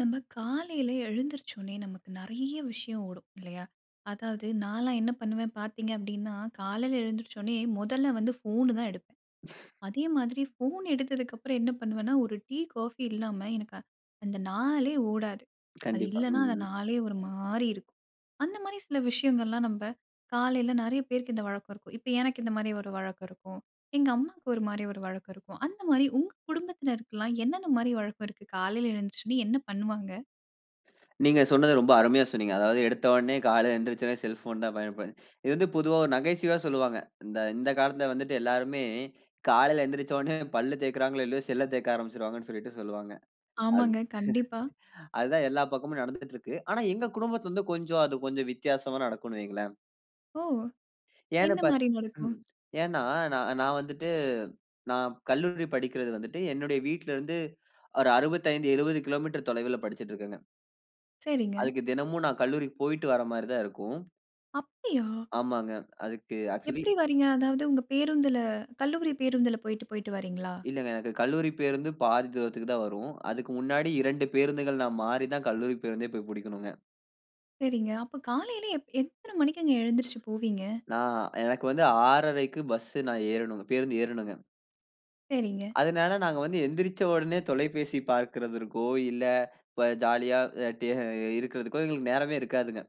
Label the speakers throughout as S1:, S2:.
S1: நம்ம காலையில எழுந்திரிச்சோனே நமக்கு நிறைய விஷயம் ஓடும் இல்லையா? அதாவது நான்லாம் என்ன பண்ணுவேன் பார்த்தீங்க அப்படின்னா, காலையில எழுந்திரிச்சோனே முதல்ல வந்து ஃபோனு தான் எடுப்பேன். அதே மாதிரி ஃபோன் எடுத்ததுக்கப்புறம் என்ன பண்ணுவேன்னா, ஒரு டீ, காஃபி இல்லாம எனக்கு அந்த நாளே ஓடாது. அது
S2: கண்டிப்பா.
S1: இல்லன்னா
S2: ம்,
S1: அந்த
S2: ம்.
S1: நாளே ஒரு மாரி இருக்கும். அந்த மாரி சில விஷயங்கள்லாம் நம்ப காலையில நிறைய பேருக்கு இந்த வழக்கம் இருக்கும். இப்ப எனக்கு இந்த மாரி ஒரு வழக்கம் இருக்கும். எங்க அம்மாக்கு ஒரு மாரி ஒரு வழக்கம் இருக்கும். அந்த மாரி உங்க குடும்பத்தினருக்குலாம் என்னென்ன மாரி வழக்கம் இருக்கு? காலையில எழுந்திரிச்சோனே என்ன பண்ணுவாங்க?
S2: நீங்க சொன்னது ரொம்ப அருமையா சொன்னீங்க. அதாவது எடுத்த உடனே காலையில எந்திரிச்சோனே செல்ஃபோன் தான் பயன்படு. இது வந்து பொதுவா ஒரு நகைச்சுவையா சொல்லுவாங்க. இந்த இந்த காலத்துல வந்துட்டு எல்லாருமே காலையில எந்திரிச்ச உடனே பல்லு தேய்க்கிறாங்களோ இல்லையோ செல்ல தேய்க்க ஆரம்பிச்சுருவாங்கன்னு சொல்லிட்டு சொல்லுவாங்க. அது
S1: ஆமாங்க. கண்டிப்பா.
S2: அதுதான் எல்லா பக்கமும் நடந்துட்டு இருக்கு. ஆனா எங்க குடும்பத்துல வந்து கொஞ்சம் அது கொஞ்சம் வித்தியாசமா நடக்கும்னு வையுங்களேன்.
S1: ஓ!
S2: ஏன்னு
S1: என்ன
S2: பாத்
S1: மாரி நடக்கும்?
S2: ம். ஏன்னா நான் நான் வந்துட்டு நான் கல்லூரி படிக்கிறது வந்துட்டு என்னுடைய வீட்ல இருந்து ஒரு 65, 70 கிலோமீட்டர் தொலைவில படிச்சுட்டு இருக்கேங்க.
S1: சரிங்க.
S2: அதுக்கு தினமும் நான் கல்லூரிக்கு போயிட்டு வர மாரி தான் இருக்கும்.
S1: அப்படியா?
S2: ஆமாங்க. அதுக்கு ஆக்சுவலி
S1: எப்படி வரீங்க? அதாவது உங்க பேருந்துல கல்லூரி பேருந்துல போயிட்டு, போயிட்டு வரீங்களா?
S2: இல்லங்க. எனக்கு கல்லூரி பேருந்து பாதி தூரத்துக்கு தான் வரும். அதுக்கு முன்னாடி 2 பேருந்துகள் நான் மாறி தான் கல்லூரி பேருந்தே போய் புடிக்கணுங்க.
S1: சரிங்க. அப்ப காலையில எத்தன மணிக்குங்க எழுந்திரிச்சு போவீங்க?
S2: நான் எனக்கு வந்து 6:30க்கு பஸ் நான் ஏறணுங்க. பேருந்து ஏறணுங்க.
S1: சரிங்க.
S2: அதனால நாங்க வந்து எந்திரிச்ச உடனே தொலைபேசி பார்க்கிறதற்கோ, இல்ல இப்ப ஜாலியா அ டே இருக்கிறதுக்கோ எங்களுக்கு நேரமே இருக்காதுங்க.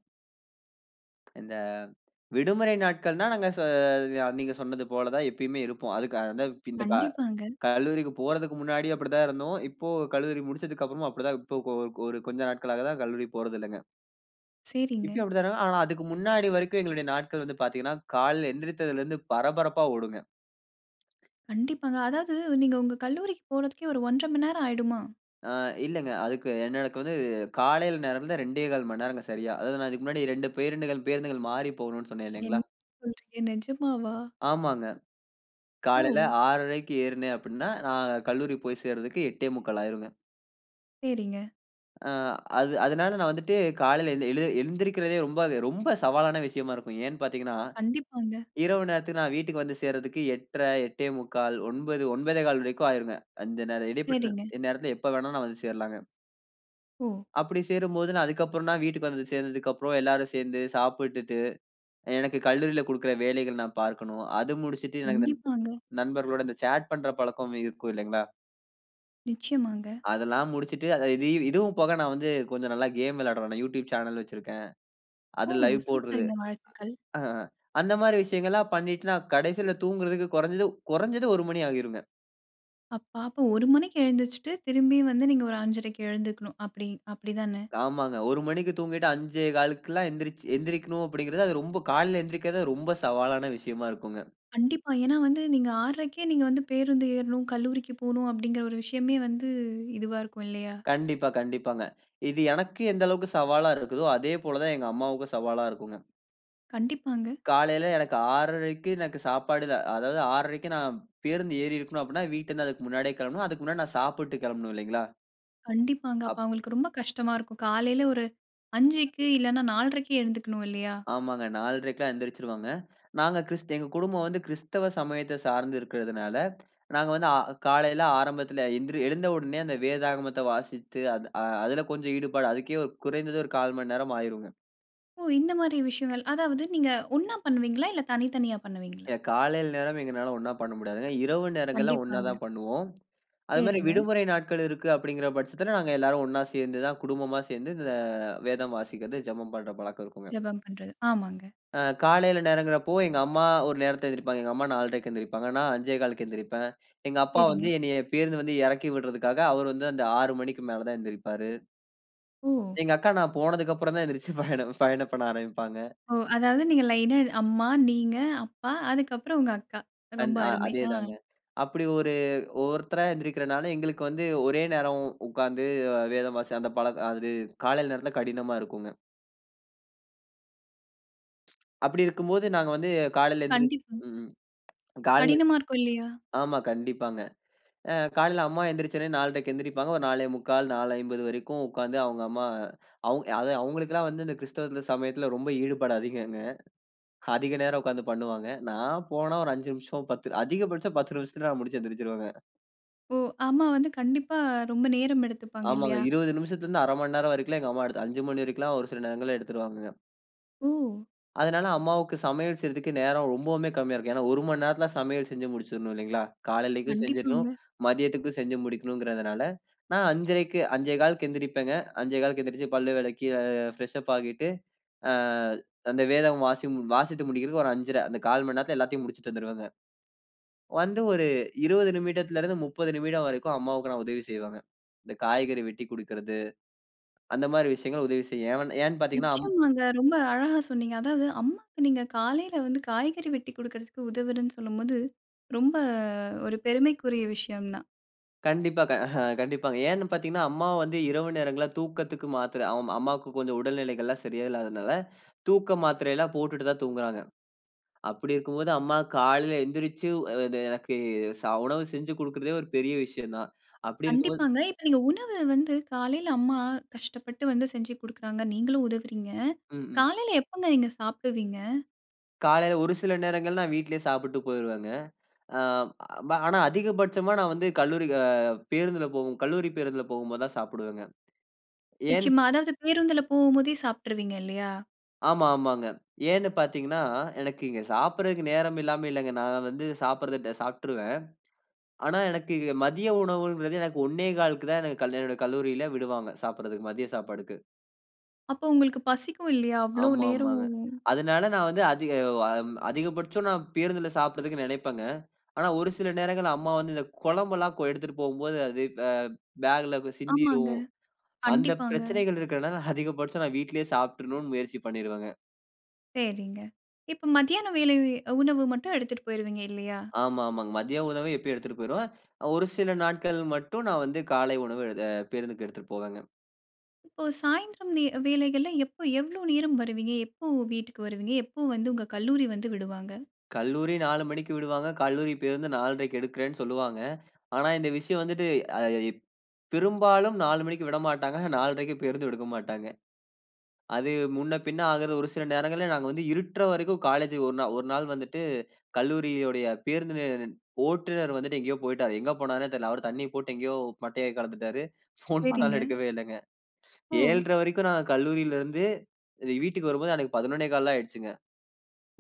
S2: இந்த விடுமுறை நாட்கள்னா நாங்க ச நீங்க சொன்னது போல தான் எப்பயுமே இருப்போம். அதுக்கு அதான் இந்த க
S1: கண்டிப்பாங்க.
S2: கல்லூரிக்கு போறதுக்கு முன்னாடி அப்படிதான் இருந்தோம். இப்போ கல்லூரி முடிச்சதுக்கு அப்புறமும் அப்படிதான் இப்போ ஒரு ஒரு கொஞ்ச நாட்களாக தான் கல்லூரி போறதில்லங்க.
S1: சரிங்க.
S2: இப்பயும் அப்படிதான் இருங்க. ஆனா அதுக்கு முன்னாடி வரைக்கும் எங்களுடைய நாட்கள் வந்து பார்த்தீங்கன்னா, காலைல எந்திரித்ததுலேருந்து பரபரப்பா ஓடுங்க.
S1: கண்டிப்பாங்க. அதாவது நீங்க உங்க கல்லூரிக்கு போறதுக்கே ஒரு 1 1/2 மணி நேரம் ஆயிடுமா?
S2: அ இல்லங்க. அதுக்கு எனக்கு வந்து காலையில நேரம்ல 2 1/4 மணி நேரங்க சரியா. அதாவது நான் இதுக்கு முன்னாடி 2 பேருந்துகள் பேருந்துகள் மாறி போகணும்னு சொன்னேன்
S1: என்ன
S2: இல்லைங்களா?
S1: சொல்றீங்க? நிஜமாவா?
S2: ஆமாங்க.
S1: ஓ!
S2: காலையில 6:30க்கு ஏறுனேன் அப்படின்னா, நான் கல்லூரி போய் சேர்றதுக்கு 8:45 ஆயிருங்க.
S1: சரிங்க.
S2: அ அது அதனால நான் வந்துட்டு காலையில எழு எழு எழுந்திரிக்கிறதே ரொம்ப ரொம்ப சவாலான விஷயமா இருக்கும். ஏன்னு பார்த்தீங்கன்னா,
S1: கண்டிப்பாங்க.
S2: இரவு நேரத்துக்கு நான் வீட்டுக்கு வந்து சேர்றதுக்கு 8:30, 8:45, 9, 9:15 வரைக்கும் ஆயிருங்க. அந்த நேரம் இடைப்பட்ட
S1: சரிங்க.
S2: நேரத்துல எப்ப வேணா நான் வந்து சேரலாங்க.
S1: ஓ!
S2: அப்படி சேரும்போது நான் அதுக்கப்புறம் தான் வீட்டுக்கு வந்து சேர்ந்ததுக்கப்புறம் எல்லாரும் சேர்ந்து சாப்பிட்டுட்டு, எனக்கு கல்லூரியில குடுக்குற வேலைகள் நான் பார்க்கணும். அது முடிச்சுட்டு எனக்கு இந்த
S1: கண்டிப்பாங்க.
S2: நண்பர்களோட இந்த சேட் பண்ற பழக்கம் இருக்கும் இல்லைங்களா?
S1: நிச்சயமாங்க.
S2: அதெல்லாம் முடிச்சுட்டு, அத இது இதுவும் போக நான் வந்து கொஞ்சம் நல்லா கேம் விளையாடுவேன். நான் YouTube சேனல் வச்சிருக்கேன்.
S1: ஓ!
S2: அது லைவ் போடுறது.
S1: சூப்பருங்க. வாழ்த்துக்கள்.
S2: ஆ. அந்த மாரி விஷயங்கள்லாம் பண்ணிட்டு நான் கடைசியில தூங்குறதுக்கு குறைஞ்சது குறைஞ்சது 1 மணி ஆகிருங்க.
S1: அப் பாப்பா 1 மணிக்கு எழுந்திரிச்சுட்டு, திரும்பியும் வந்து நீங்க ஒரு 5:30க்கு எழுந்துக்கணும். அப்படி அப்படிதானே?
S2: ஆமாங்க. 1 மணிக்கு தூங்கிட்டு 5:15க்குலாம் எந்திரிக்கணும் அப்படிங்கிறது அது ரொம்ப காலையில எந்திரிக்கிறது ரொம்ப சவாலான விஷயமா இருக்குங்க.
S1: கண்டிப்பா. ஏன்னா வந்து நீங்க 6:30க்கே நீங்க வந்து பேருந்து ஏறணும், கல்லூரிக்கு போணும் அப்படிங்கிற ஒரு விஷயமே வந்து இதுவா இருக்கும் இல்லையா?
S2: கண்டிப்பா, கண்டிப்பாங்க. இது எனக்கு எந்த அளவுக்கு சவாலா இருக்குதோ, அதே போல தான் எங்க அம்மாவுக்கும் சவாலா இருக்குங்க.
S1: கண்டிப்பாங்க,
S2: காலையில எனக்கு 6:30க்கு எனக்கு சாப்பாடு அதாவது 6:30க்கு நான் பேருந்து ஏறி இருக்கணும் அப்படின்னா, வீட்டிலேருந்து அதுக்கு முன்னாடியே கிளம்பணும். அதுக்கு முன்னாடி நான் சாப்பிட்டு கிளம்பணும் இல்லைங்களா?
S1: கண்டிப்பாங்க. அப்ப அவங்களுக்கு ரொம்ப கஷ்டமா இருக்கும். காலையில ஒரு 5க்கு இல்லன்னா 4:30க்கே எழுந்துக்கணும் இல்லையா?
S2: ஆமாங்க. 4:30க்குலாம் எந்திரிச்சுருவாங்க. நாங்க கிறிஸ்த் எங்க குடும்பம் வந்து கிறிஸ்தவ சமயத்த சார்ந்து இருக்கிறதுனால, நாங்க வந்து காலையில ஆரம்பத்துல எழுந்த உடனே அந்த வேதாகமத்த வாசித்து, அதுல கொஞ்சம் ஈடுபாடு அதுக்கே ஒரு குறைந்தது ஒரு 1/4 மணி நேரம் ஆயிருங்க.
S1: ஓ! இந்த மாரி விஷயங்கள். அதாவது நீங்க ஒண்ணா பண்ணுவீங்களா? இல்ல தனித்தனியா பண்ணுவீங்களா?
S2: காலையில நேரம் எங்கனால ஒண்ணா பண்ண முடியாதுங்க. இரவு நேரங்கள்ல ஒண்ணா
S1: கண்டிப்பாங்க.
S2: தான் பண்ணுவோம். அதுமாரி
S1: சரிங்க.
S2: விடுமுறை நாட்கள் இருக்கு அப்படிங்கிற பட்சத்துல, நாங்க எல்லாரும் ஒண்ணா சேர்ந்து தான் குடும்பமா சேர்ந்து இந்த வேதம் வாசிக்கிறது, ஜெபம் பண்ற பழக்கம் இருக்குங்க.
S1: ஜெபம் பண்றது. ஆமாங்க.
S2: காலையில நேரங்கிறப்போ, எங்க அம்மா ஒரு நேரத்துல எந்திரிப்பாங்க. எங்க அம்மா 4:30க்கு எந்திரிப்பாங்க. நான் 5:15க்கு எந்திரிப்பேன். எங்க அப்பா
S1: சரிங்க.
S2: வந்து என்னைய பேருந்து வந்து இறக்கி விடுறதுக்காக, அவர் வந்து அந்த 6 மணிக்கு மேல தான் எந்திரிப்பாரு.
S1: ஓ!
S2: எங்க அக்கா நான் போனதுக்கப்புறம் தான் எந்திரிச்சு பயணம் பயணம் பண்ண ஆரம்பிப்பாங்க.
S1: ஓ! அதாவது நீங்க லைனா அம்மா, நீங்க, அப்பா, அதுக்கப்புறம் உங்க அக்கா.
S2: அண்ட்
S1: ரொம்ப
S2: அ
S1: அருமை.
S2: அதே தாங்க. அப்படி ஒரு ஒவ்வொருத்தரா எந்திரிக்கிறனால, எங்களுக்கு வந்து ஒரே நேரம் உட்காந்து வேதம் வாசி அந்த பழக்க அது காலையில நேரத்துல கடினமா இருக்குங்க. அப்படி இருக்கும்போது நாங்க வந்து காலையில எந்திரிச்சு
S1: கண்டிப்பா.
S2: ம். காலையில
S1: கடினமா இருக்கும் இல்லையா?
S2: ஆமா, கண்டிப்பாங்க. காலையில அம்மா எந்திரிச்சோனே 4:30க்கு எந்திரிப்பாங்க. ஒரு 4:45 4:50 வரைக்கும் உட்காந்து அவங்க அம்மா அவங்க அது அவங்களுக்கெல்லாம் வந்து இந்த கிறிஸ்தவத்துல சமயத்துல ரொம்ப ஈடுபாடு அதிகங்க. அதிக நேரம் உட்காந்து பண்ணுவாங்க. நான் போனா ஒரு 5 நிமிஷம் 10 அதிகபட்சம் 10 நிமிஷத்துல நான் முடிச்சு எந்திரிச்சுருவேங்க.
S1: ஓ! அம்மா வந்து கண்டிப்பா ரொம்ப நேரம் எடுத்துப்பாங்க
S2: ஆமாங்க
S1: இல்லையா?
S2: 20 நிமிஷத்துலருந்து 1/2 மணி நேரம் வரைக்கும்லாம் எங்க அம்மா எடுத்து 5 மணி வரைக்கும்லாம் ஒரு சில நேரங்கள்ல எடுத்துருவாங்க.
S1: ஓ!
S2: அதனால அம்மாவுக்கு சமையல் செய்றதுக்கு நேரம் ரொம்பவுமே கம்மியா இருக்கும். ஏன்னா 1 மணி நேரத்துல சமையல் செஞ்சு முடிச்சிடணும் இல்லைங்களா? காலையிலக்கும் செஞ்சிடணும்,
S1: கண்டிப்பாங்க.
S2: மதியத்துக்கும் செஞ்சு முடிக்கணும்ங்கிறதுனால, நான் 5:30க்கு 5:15க்கு எந்திரிப்பேங்க. 5:15க்கு எந்திரிச்சு பல்லு விளக்கி ஃப்ரெஷ் அப் ஆகிட்டு, அ அந்த வேதம் வாசி வாசித்து முடிக்கிறதுக்கு ஒரு 5:30 அந்த 1/4 மணி நேரத்துல எல்லாத்தையும் முடிச்சுட்டு வந்துருவேங்க. வந்து ஒரு 20 நிமிடத்துலருந்து 30 நிமிடம் வரைக்கும் அம்மாவுக்கு நான் உதவி செய்வேங்க. இந்த காய்கறி வெட்டி குடுக்கறது, அந்த மாரி விஷயங்கள் உதவி செய்வேன். ஏன்னு பார்த்தீங்கன்னா
S1: நிச்சயமாங்க. ரொம்ப அழகா சொன்னீங்க. அதாவது அம்மாக்கு நீங்க காலையில வந்து காய்கறி வெட்டி குடுக்கறதுக்கு உதவுறேன்னு சொல்லும்போது, ரொம்ப ஒரு பெருமைக்குரிய விஷயம் தான்.
S2: கண்டிப்பா. க கண்டிப்பாங்க. ஏன்னு பார்த்தீங்கன்னா, அம்மாவ வந்து இரவு நேரங்கள்ல தூக்கத்துக்கு மாத்திரை அம் அம்மாவுக்கு கொஞ்சம் உடல்நிலைகள்லாம் சரியா இல்லாதனால, தூக்க மாத்திரையெல்லாம் போட்டுட்டு தான் தூங்குறாங்க. அப்படி இருக்கும்போது அம்மா காலையில எந்திரிச்சு அ இது எனக்கு உணவு செஞ்சு குடுக்குறதே ஒரு பெரிய விஷயம் தான். அப்படி இருக்கும்போது
S1: கண்டிப்பாங்க. இப்ப நீங்க உணவு வந்து காலையில அம்மா கஷ்டப்பட்டு வந்து செஞ்சு குடுக்குறாங்க. நீங்களும் உதவுறீங்க.
S2: ம், ம்.
S1: காலையில எப்பங்க நீங்க சாப்பிடுவீங்க?
S2: காலையில ஒரு சில நேரங்கள் நான் வீட்லயே சாப்பிட்டு போயிருவேங்க. அ ப ஆனா அதிகபட்சமா நான் வந்து கல்லூரி அ பேருந்துல கல்லூரி பேருந்துல போகும்போது தான் சாப்பிடுவேங்க. ஏன்
S1: நிச்சயமா. அதாவது பேருந்துல போகும்போதே சாப்ட்டுருவீங்க இல்லையா?
S2: ஆமா, ஆமாங்க. ஏன்னு பார்த்தீங்கன்னா, எனக்கு இங்க சாப்பிடுறதுக்கு நேரம் இல்லாம இல்லங்க. நான் வந்து சாப்பிடுறத சாப்ட்டுருவேன். ஆனா எனக்கு இங்க மதிய உணவுங்கிறது எனக்கு 1:15க்கு தான் எனக்கு என்னோட கல்லூரியில விடுவாங்க சாப்பிடுறதுக்கு, மதிய சாப்பாடுக்கு.
S1: அப்போ உங்களுக்கு பசிக்கும் இல்லையா? அவ்ளோ
S2: ஆமா,
S1: நேரம்
S2: ஆமாங்க. அதனால நான் வந்து அதிகபட்சம் நான் பேருந்துல சாப்பிடுறதுக்கு நினைப்பேங்க. ஆனா ஒரு சில நேரங்கள்ல அம்மா வந்து இந்த குழம்பெல்லாம் கொ எடுத்துட்டு போகும்போது அது அ பேக்ல
S1: ஆமாங்க.
S2: சிந்திரும். அந்த
S1: கண்டிப்பாங்க.
S2: பிரச்சனைகள் இருக்கிறனால அதிகபட்சம் நான் வீட்லயே சாப்ட்டுறணும்னு முயற்சி பண்ணிருவேங்க.
S1: சரிங்க. இப்ப மத்தியான வேலை உணவு மட்டும் எடுத்துட்டு போயிருவீங்க இல்லையா?
S2: ஆமா, ஆமாங்க. மதிய உணவு எப்பயும் எடுத்துட்டு போயிருவேன். ஒரு சில நாட்கள் மட்டும் நான் வந்து காலை உணவு பேருந்துக்கு எடுத்துட்டு போவேங்க.
S1: இப்போ சாயந்திரம் நே வேலைகள்ல எப்போ எவ்ளோ நேரம் வருவீங்க? எப்போ வீட்டுக்கு வருவீங்க? எப்போ வந்து உங்க கல்லூரி வந்து விடுவாங்க?
S2: கல்லூரி 4 மணிக்கு விடுவாங்க. கல்லூரி பேருந்து 4:30க்கு எடுக்கிறேன்னு சொல்லுவாங்க. ஆனா, இந்த விஷயம் வந்துட்டு அ பெரும்பாலும் 4 மணிக்கு விடமாட்டாங்க. 4:30க்கு பேருந்து எடுக்க மாட்டாங்க. அது முன்ன பின்ன ஆகுறது ஒரு சில நேரங்கள்ல நாங்க வந்து இருட்டுற வரைக்கும் காலேஜ் ஒரு நாள் வந்துட்டு கல்லூரியுடைய பேருந்து நி- ஓட்டுநர் வந்துட்டு எங்கேயோ போயிட்டாரு. எங்க போனாருன்னே தெரியல. அவரு தண்ணி போட்டு எங்கேயோ மட்டைய கலந்துட்டாரு. ஃபோன் பண்ணாலும்
S1: சரிங்க.
S2: எடுக்கவே இல்லங்க.
S1: ஓ!
S2: 7:30 வரைக்கும் நான் கல்லூரியில இருந்து வீட்டுக்கு வரும்போது எனக்கு 11:15 ஆயிடுச்சுங்க.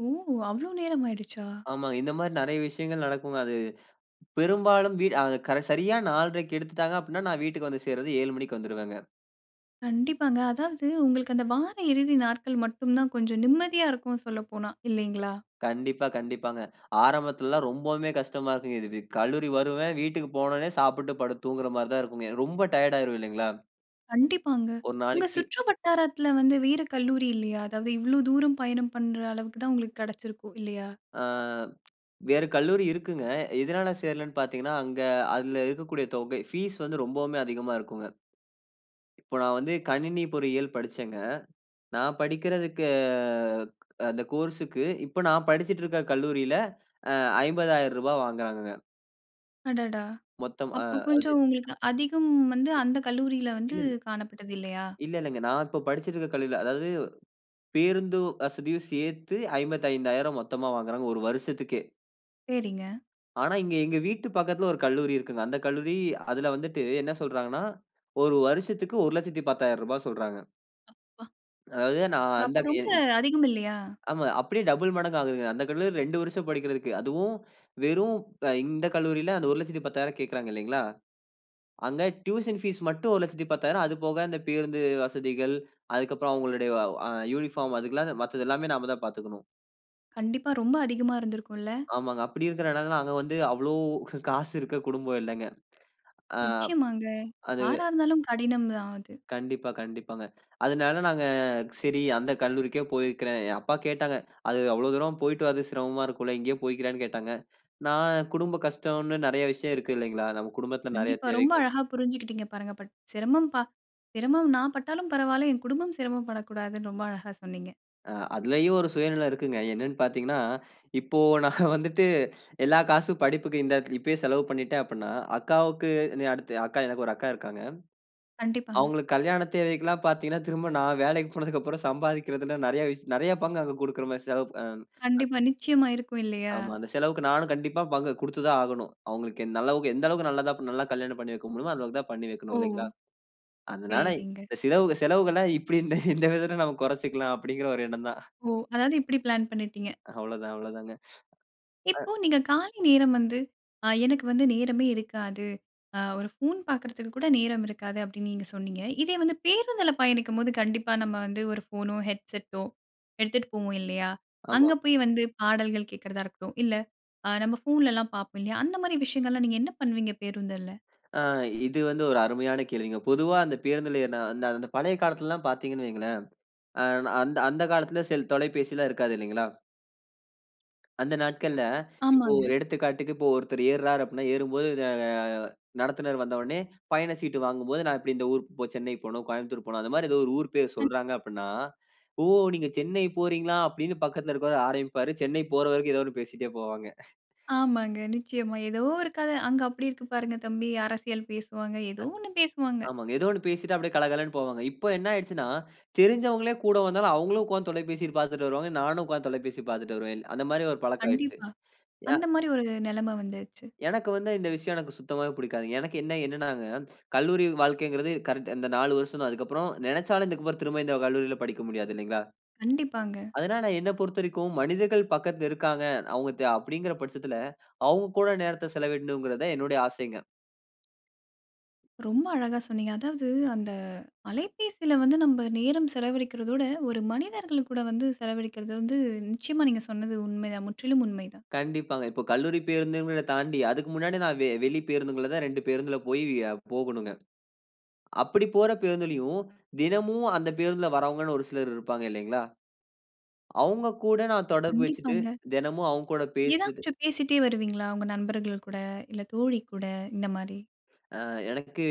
S1: ஓ! அவ்ளோ நேரம் ஆயிடுச்சா?
S2: ஆமாங்க. இந்த மாரி நெறைய விஷயங்கள் நடக்குங்க. அது பெரும்பாலும் வீட் அது கர சரியா 4:30க்கு எடுத்துட்டாங்க அப்டின்னா, நான் வீட்டுக்கு வந்து சேர்றது 7 மணிக்கு வந்துருவேங்க.
S1: கண்டிப்பாங்க. அதாவது உங்களுக்கு அந்த வார இறுதி நாட்கள் மட்டும் தான் கொஞ்சம் நிம்மதியா இருக்கும் சொல்லப்போனா. இல்லைங்களா?
S2: கண்டிப்பா, கண்டிப்பாங்க. ஆரம்பத்துலலாம் ரொம்பவுமே கஷ்டமா இருக்குங்க. கல்லூரி வருவேன், வீட்டுக்கு போனோனே சாப்பிட்டு படுத்து தூங்குற மாரி தான் இருக்குங்க. ரொம்ப டயர்ட் ஆயிருவேன் இல்லைங்களா?
S1: கண்டிப்பாங்க.
S2: ஒரு
S1: உங்க
S2: நாளைக்கு
S1: சுற்று வட்டாரத்துல வந்து வேற கல்லூரி இல்லையா? அதாவது இவ்ளோ தூரம் பயணம் பண்ற அளவுக்கு தான் உங்களுக்கு கிடைச்சிருக்கும் இல்லையா?
S2: ஆ வேறு கல்லூரி இருக்குங்க. எதனால சேரலன்னு பார்த்தீங்கன்னா, அங்க அதுல இருக்கக்கூடிய தொகை ஃபீஸ் வந்து ரொம்பவுமே அதிகமா இருக்குங்க. இப்போ நான் வந்து கணினி பொறியியல் படிச்சேங்க. நான் படிக்கிறதுக்கு அந்த கோர்ஸுக்கு இப்ப நான் படிச்சிட்டு இருக்க கல்லூரியில ரூ. 50,000 வாங்குறாங்கங்க.
S1: அடடா!
S2: மொத்தம் அ
S1: அப்போ
S2: அது
S1: கொஞ்சம் உங்களுக்கு அதிகம் வந்து அந்த கல்லூரியில வந்து
S2: இல்ல, இல்ல.
S1: காணப்பட்டது இல்லையா?
S2: இல்ல, இல்லங்க. நான் இப்ப படிச்சிட்டு இருக்க கல்லூரியில அதாவது பேருந்து வசதியும் சேர்த்து 55,000 மொத்தமா வாங்குறாங்க ஒரு வருஷத்துக்கே.
S1: சரிங்க.
S2: ஆனா இங்க எங்க வீட்டு பக்கத்துல ஒரு கல்லூரி இருக்குங்க. அந்த கல்லூரி அதுல வந்துட்டு என்ன சொல்றாங்கன்னா, ஒரு வருஷத்துக்கு ரூ. 1,10,000 சொல்றாங்க.
S1: பா
S2: அதாவது நான்
S1: அப்ப
S2: அந்த
S1: ரொம்ப அதிகம் இல்லையா?
S2: ஆமா. அப்படியே டபுள் மடங்கு ஆகுதுங்க. அந்த கல்லூரி 2 வருஷம் படிக்கிறதுக்கு. அதுவும் வெறும் அ இந்த கல்லூரியில அந்த 1,10,000 கேட்கறாங்க இல்லைங்களா? அங்க டியூஷன் ஃபீஸ் மட்டும் 1,10,000 அது போக இந்த பேருந்து வசதிகள், அதுக்கப்புறம் அவங்களுடைய யூனிஃபார்ம் அதுக்கெல்லாம் மத்தது எல்லாமே நாம தான் பார்த்துக்கணும்.
S1: கண்டிப்பா ரொம்ப அதிகமா இருந்திருக்கும்ல?
S2: ஆமாங்க. அப்படி இருக்கிறனால அங்க வந்து அவ்வளோ காசு இருக்க குடும்பம் இல்லங்க. அ
S1: நிச்சயமாங்க.
S2: அந்த
S1: யாரா இருந்தாலும் கடினம் தான் அது.
S2: கண்டிப்பா, கண்டிப்பாங்க. அதனால நாங்க சரி அந்த கல்லூரிக்கே போயிருக்கிறேன். என் அப்பா கேட்டாங்க. அது அவ்வளோ தூரம் போயிட்டு வரது சிரமமா இருக்கும்ல, இங்கேயே போய்க்கிறேன்னு கேட்டாங்க. நான் குடும்ப கஷ்டம்னு நெறைய விஷயம் இருக்கு இல்லைங்களா? நம்ம குடும்பத்தில நெறைய
S1: கண்டிப்பா ரொம்ப
S2: தேவைகள்.
S1: அழகா புரிஞ்சுக்கிட்டீங்க பாருங்க. பட் சிரமம் பா சிரமம் நான் பட்டாலும் பரவால்ல, என் குடும்பம் சிரமப்படக்கூடாதுன்னு ரொம்ப அழகா சொன்னீங்க.
S2: அதுலயும் ஒரு சுயநலம் இருக்குங்க. என்னன்னு பார்த்தீங்கன்னா, இப்போ நான் வந்துட்டு எல்லா காசும் படிப்புக்கு இந்த இடத்துல இப்பயே செலவு பண்ணிட்டேன் அப்பன்னா, அக்காவுக்கு நீ அடுத்து அக்கா எனக்கு ஒரு அக்கா இருக்காங்க.
S1: கண்டிப்பாங்க.
S2: அவங்களுக்கு கல்யாண தேவைக்கெல்லாம் பார்த்தீங்கன்னா, திரும்ப நான் வேலைக்கு போனதுக்கப்புறம் சம்பாதிக்கிறதுல நெறைய விஷயம் நெறைய பங்கு அங்க குடுக்குற மாரி செலவு
S1: கண்டிப்பா நிச்சயமா இருக்கும் இல்லையா?
S2: ஆமா. அந்த செலவுக்கு நானும் கண்டிப்பா பங்கு குடுத்து தான் ஆகணும். அவங்களுக்கு எந்த அளவுக்கு நல்லதா நல்லா கல்யாணம் பண்ணி வைக்க முடியுமோ, அந்த அளவுக்கு தான் பண்ணி
S1: ஓ!
S2: வைக்கணும் இல்லைங்களா? அதனால
S1: சரிங்க.
S2: இந்த செலவுகள இப்படி இந்த இந்த விதத்துல நம்ம குறைச்சுக்கலாம் அப்படிங்கிற ஒரு எண்ணம் தான்.
S1: ஓ! அதாவது இப்படி பிளான் பண்ணிட்டீங்க.
S2: அவ்வளோதான், அவ்வளோதாங்க.
S1: இப்போ நீங்க காலை நேரம் வந்து, எனக்கு வந்து நேரமே இருக்காது. ஒரு ஃபோன் பார்க்கறதுக்கு கூட நேரம் இருக்காது அப்படின்னு நீங்க சொன்னீங்க. இதே வந்து பேருந்துல பயணிக்கும்போது கண்டிப்பா நம்ம வந்து ஒரு ஃபோனோ, ஹெட்செட்டோ எடுத்துட்டு போவோம் இல்லையா?
S2: ஆமா.
S1: அங்க போய் வந்து பாடல்கள் கேட்கறதா இருக்கட்டும், இல்ல நம்ம ஃபோன்லலாம் பார்ப்போம் இல்லையா? அந்த மாரி விஷயங்கள்லாம் நீங்க என்ன பண்ணுவீங்க பேருந்துல?
S2: ஆ இது வந்து ஒரு அருமையான கேள்விங்க. பொதுவா அந்த பேருந்துல ஏறுன அந்த அந்த பழைய காலத்துலலாம் பார்த்தீங்கன்னு வைங்களேன், அ அந்த அந்த காலத்துல செல் தொலைபேசிலாம் இருக்காது இல்லைங்களா? அந்த நாட்கள்ல, இப்போ
S1: ஆமாங்க.
S2: ஒரு எடுத்துக்காட்டுக்கு இப்போ ஒருத்தர் ஏறுறாரு அப்டின்னா, ஏறும்போது நடத்துனர் வந்த உடனே பயண சீட்டு வாங்கும்போது, நான் இப்டி இந்த ஊருக்கு சென்னை போணும், கோயம்புத்தூர் போணும். அந்த மாரி ஏதோ ஒரு ஊர் பேர்
S1: கண்
S2: சொல்றாங்க அப்டின்னா, "ஓ! நீங்க சென்னை போறீங்களா?" அப்படின்னு பக்கத்துல இருக்கிறவர் ஆரம்பிப்பாரு. சென்னை போற வரைக்கும் ஏதோ ஒண்ணு பேசிட்டே போவாங்க.
S1: ஆமாங்க. நிச்சயமா. ஏதோ ஒரு கதை. அங்க அப்படி இருக்கு பாருங்க தம்பி. அரசியல் பேசுவாங்க. ஏதோ ஒண்ணு பேசுவாங்க.
S2: ஆமாங்க. ஏதோ ஒண்ணு பேசிட்டு அப்டியே கலகலன்னு போவாங்க. இப்போ என்ன ஆயிடுச்சுன்னா, தெரிஞ்சவங்களே கூட வந்தாலும் அவங்களும் உட்காந்து தொலைபேசி பார்த்துட்டு வருவாங்க. நானும் உட்காந்து தொலைபேசி பார்த்துட்டு வருவேன். அந்த மாரி ஒரு பழக்கம் ஆயிடுச்சு.
S1: கண்டிப்பா. அந்த மாரி ஒரு நெலைம வந்துருச்சு.
S2: எனக்கு வந்து இந்த விஷயம் எனக்கு சுத்தமாவே பிடிக்காதுங்க. எனக்கு என்ன என்னன்னாங்க, கல்லூரி வாழ்க்கைங்கிறது கரெக்ட் அந்த 4 வருஷம் தான். அதுக்கப்புறம் நெனச்சாலும் இதுக்கப்புறம் திரும்ப இந்த கல்லூரியில படிக்க முடியாது இல்லைங்களா?
S1: கண்டிப்பாங்க.
S2: அதனால என்ன பொறுத்தவரைக்கும் மனிதர்கள் பக்கத்துல இருக்காங்க, அவங்க தே அப்படிங்கிற பட்சத்துல, அவங்க கூட நேரத்த செலவிடணுங்கிறது தான் என்னுடைய ஆசைங்க.
S1: ரொம்ப அழகா சொன்னீங்க. அதாவது அந்த அலைபேசியில வந்து நம்ப நேரம் செலவழிக்கிறதோட, ஒரு மனிதர்கள் கூட வந்து செலவழிக்கிறது வந்து நிச்சயமா நீங்க சொன்னது உண்மைதான். முற்றிலும் உண்மைதான்.
S2: கண்டிப்பாங்க. இப்போ கல்லூரி பேருந்துங்கறத தாண்டி, அதுக்கு முன்னாடி நான் வெளி பேருந்துங்கள்ல தான் 2 பேருந்துல போய் போகணுங்க. அப்படி போற பேருந்துலயும், தினமும் அந்த பேருந்துல வரவங்கன்னு ஒரு சிலர் இருப்பாங்க இல்லைங்களா? அவங்க கூட நான் தொடர்பு வச்சுட்டு,
S1: கண்டிப்பாங்க.
S2: தினமும் அவங்க கூட பேசுறது
S1: ஏதாச்சும் பேசிட்டே வருவீங்களா? உங்க நண்பர்கள் கூட, இல்ல தோழி கூட இந்த மாரி?
S2: எனக்கு.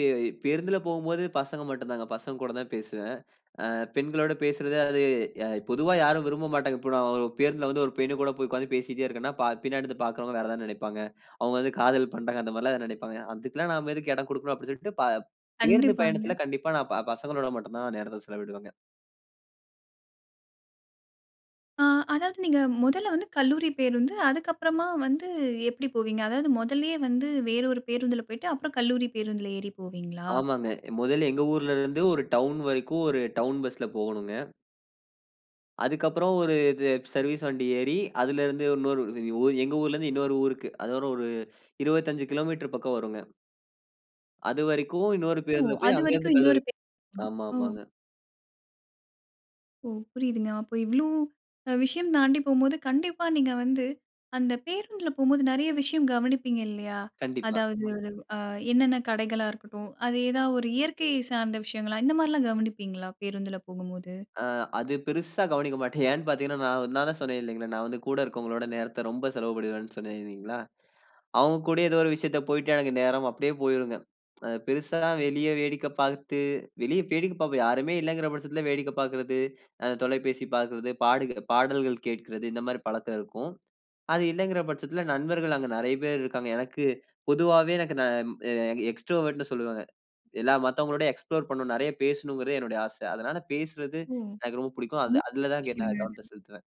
S2: பேருந்துல போகும்போது பசங்க மட்டும்தாங்க. பசங்க கூட தான் பேசுவேன். பெண்களோட பேசுறது அது அ பொதுவா யாரும் விரும்ப மாட்டாங்க. இப்போ நான் ஒரு பேருந்துல வந்து ஒரு பெண்ணு கூட போய் உட்காந்து பேசிட்டே இருக்கேன்னா, பின்னாடி இருந்து பார்க்குறவங்க வேற எதாவது நினைப்பாங்க. அவங்க வந்து காதல் பண்றாங்க அந்த மாரிலாம் எதாவது நினைப்பாங்க. அதுக்கெல்லாம் நாம எதுக்கு இடம் குடுக்கணும் அப்படின்னு சொல்லிட்டு பேருந்து
S1: கண்டிப்பாங்க.
S2: பயணத்துல கண்டிப்பா நான் பசங்களோட மட்டும் தான் நேரத்த செலவிடுவேங்க.
S1: ஆ அதாவது நீங்க முதல்ல வந்து கல்லூரி பேருந்து, அதுக்கப்புறமா வந்து எப்படி போவீங்க? அதாவது முதல்லயே வந்து வேற ஒரு பேருந்துல போயிட்டு, அப்புறம் கல்லூரி பேருந்துல ஏறி போவீங்களா?
S2: ஆமாங்க. முதல்ல எங்க ஊர்ல இருந்து ஒரு டவுன் வரைக்கும் ஒரு டவுன் பஸ்ல போகணுங்க. அதுக்கப்புறம் ஒரு இது சர்வீஸ் வண்டி ஏறி, அதிலருந்து இன்னொரு எங்க ஊர்லேருந்து இன்னொரு ஊருக்கு. அதோட ஒரு 25 கிலோமீட்டர் பக்கம் வருங்க. அதுவரைக்கும் இன்னொரு
S1: ஓ!
S2: பேருந்துல போய் அங்கேருந்து
S1: அதுவரைக்கும் இன்னொரு
S2: கல்லூரி.
S1: பேருந்து போணும்.
S2: ஆமா,
S1: ஓ!
S2: ஆமாங்க.
S1: ஓ! புரியுதுங்க. அப்போ இவ்ளோ விஷயம் தாண்டி போம்போது, கண்டிப்பா நீங்க வந்து அந்த பேருந்துல போம்போது நெறைய விஷயம் கவனிப்பீங்க இல்லையா?
S2: கண்டிப்பா.
S1: அதாவது ஒரு அ என்னென்ன கடைகளா இருக்கட்டும், அது ஏதா ஒரு இயற்கை சார்ந்த விஷயங்களா, இந்த மாரிலாம் கவனிப்பீங்களா பேருந்துல போகும்போது?
S2: அ அது பெருசா கவனிக்க மாட்டேன். ஏன்னு பார்த்தீங்கன்னா, நான் நான் தான் சொன்னேன் இல்லைங்களா, நான் வந்து கூட இருக்கவங்களோட நேரத்த ரொம்ப செலவிடுவேன்னு சொன்னேன் இல்லைங்களா? அவங்க கூட ஏதோ ஒரு விஷயத்த போயிட்டு எனக்கு நேரம் அப்படியே போயிருங்க. பெருசா வெளிய வேடிக்கை பார்த்து வெளிய வேடிக்கை பார்ப்போம். யாருமே இல்லங்கிற பட்சத்துல வேடிக்கை பார்க்கிறது, தொலைபேசி பார்க்கிறது, பாடல்கள் கேட்கிறது இந்த மாரி பழக்கம் இருக்கும். அது இல்லைங்கிற பட்சத்துல நண்பர்கள் அங்க நெறைய பேர் இருக்காங்க. எனக்கு பொதுவாவே எனக்கு ந எ எக்ஸ்ட்ரோவர்ட்ன்னு சொல்லுவாங்க. எல்லா மத்தவங்களோட எக்ஸ்ப்ளோர் பண்ணணும். நெறைய பேசணுங்கிறது என்னுடைய ஆசை. அதனால பேசுறது
S1: ஓ! ரொம்ப
S2: எனக்கு ரொம்ப பிடிக்கும்.
S1: நல்ல
S2: அதுல தான்
S1: விஷயங்க
S2: நான் கவனத்த
S1: அது.
S2: செலுத்துவேன்.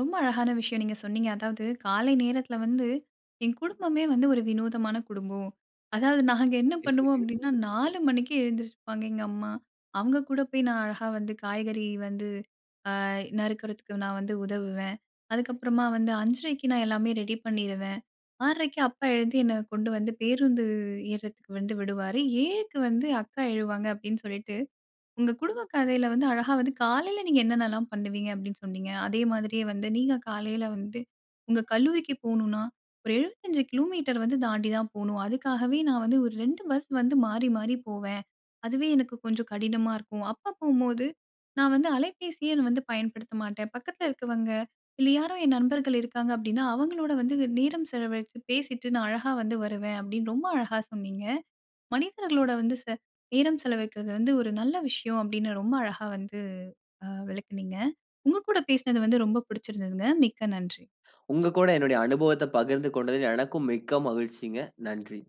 S1: ரொம்ப அழகான விஷயம் நீங்க சொன்னீங்க. அதாவது காலை நேரத்தில வந்து என் குடும்பமே வந்து ஒரு வினோதமான குடும்பம். அதாவது நாங்க என்ன பண்ணுவோம் அப்டின்னா, 4 மணிக்கு எழுந்திரிச்சுப்பாங்க எங்க அம்மா. அவங்க கூட போய் நான் அழகா வந்து காய்கறி வந்து நறுக்கிறதுக்கு நான் வந்து உதவுவேன். அதுக்கப்புறமா வந்து 5:30க்கு நான் எல்லாமே ரெடி பண்ணிருவேன். 6:30க்கு அப்பா எழுந்து என்ன கொண்டு வந்து பேருந்து ஏறுறதுக்கு வந்து விடுவாரு. 7க்கு வந்து அக்கா எழுவாங்க அப்படின்னு சொல்லிட்டு உங்க குடும்ப கதையில வந்து அழகா வந்து காலையில நீங்க என்னென்னலாம் பண்ணுவீங்க அப்படின்னு சொன்னீங்க. அதே மாதிரியே வந்து நீங்க காலையில வந்து உங்க கல்லூரிக்கு போணும்னா, ஒரு 75 கிலோமீட்டர் வந்து தாண்டி தான் போணும். அதுக்காகவே நான் வந்து ஒரு 2 பஸ் வந்து மாறி மாறி போவேன். அதுவே எனக்கு கொஞ்சம் கடினமா இருக்கும். அப்ப போம்போது நான் வந்து அலைபேசியே வந்து பயன்படுத்த மாட்டேன். பக்கத்துல இருக்கவங்க இல்ல யாரோ என் நண்பர்கள் இருக்காங்க அப்படின்னா, அவங்களோட வந்து நேரம் செலவழித்து பேசிட்டு நான் அழகா வந்து வருவேன் அப்படின்னு ரொம்ப அழகா சொன்னீங்க. மனிதர்களோட வந்து நேரம் செலவழிக்கிறது வந்து ஒரு நல்ல விஷயம் அப்படின்னு ரொம்ப அழகா வந்து விளக்குனீங்க. உங்க கூட பேசினது வந்து ரொம்ப பிடிச்சிருந்ததுங்க. மிக்க நன்றி.
S2: உங்க கூட என்னுடைய அனுபவத்த பகிர்ந்து கொண்டதில் எனக்கும் மிக்க மகிழ்ச்சிங்க. நன்றி.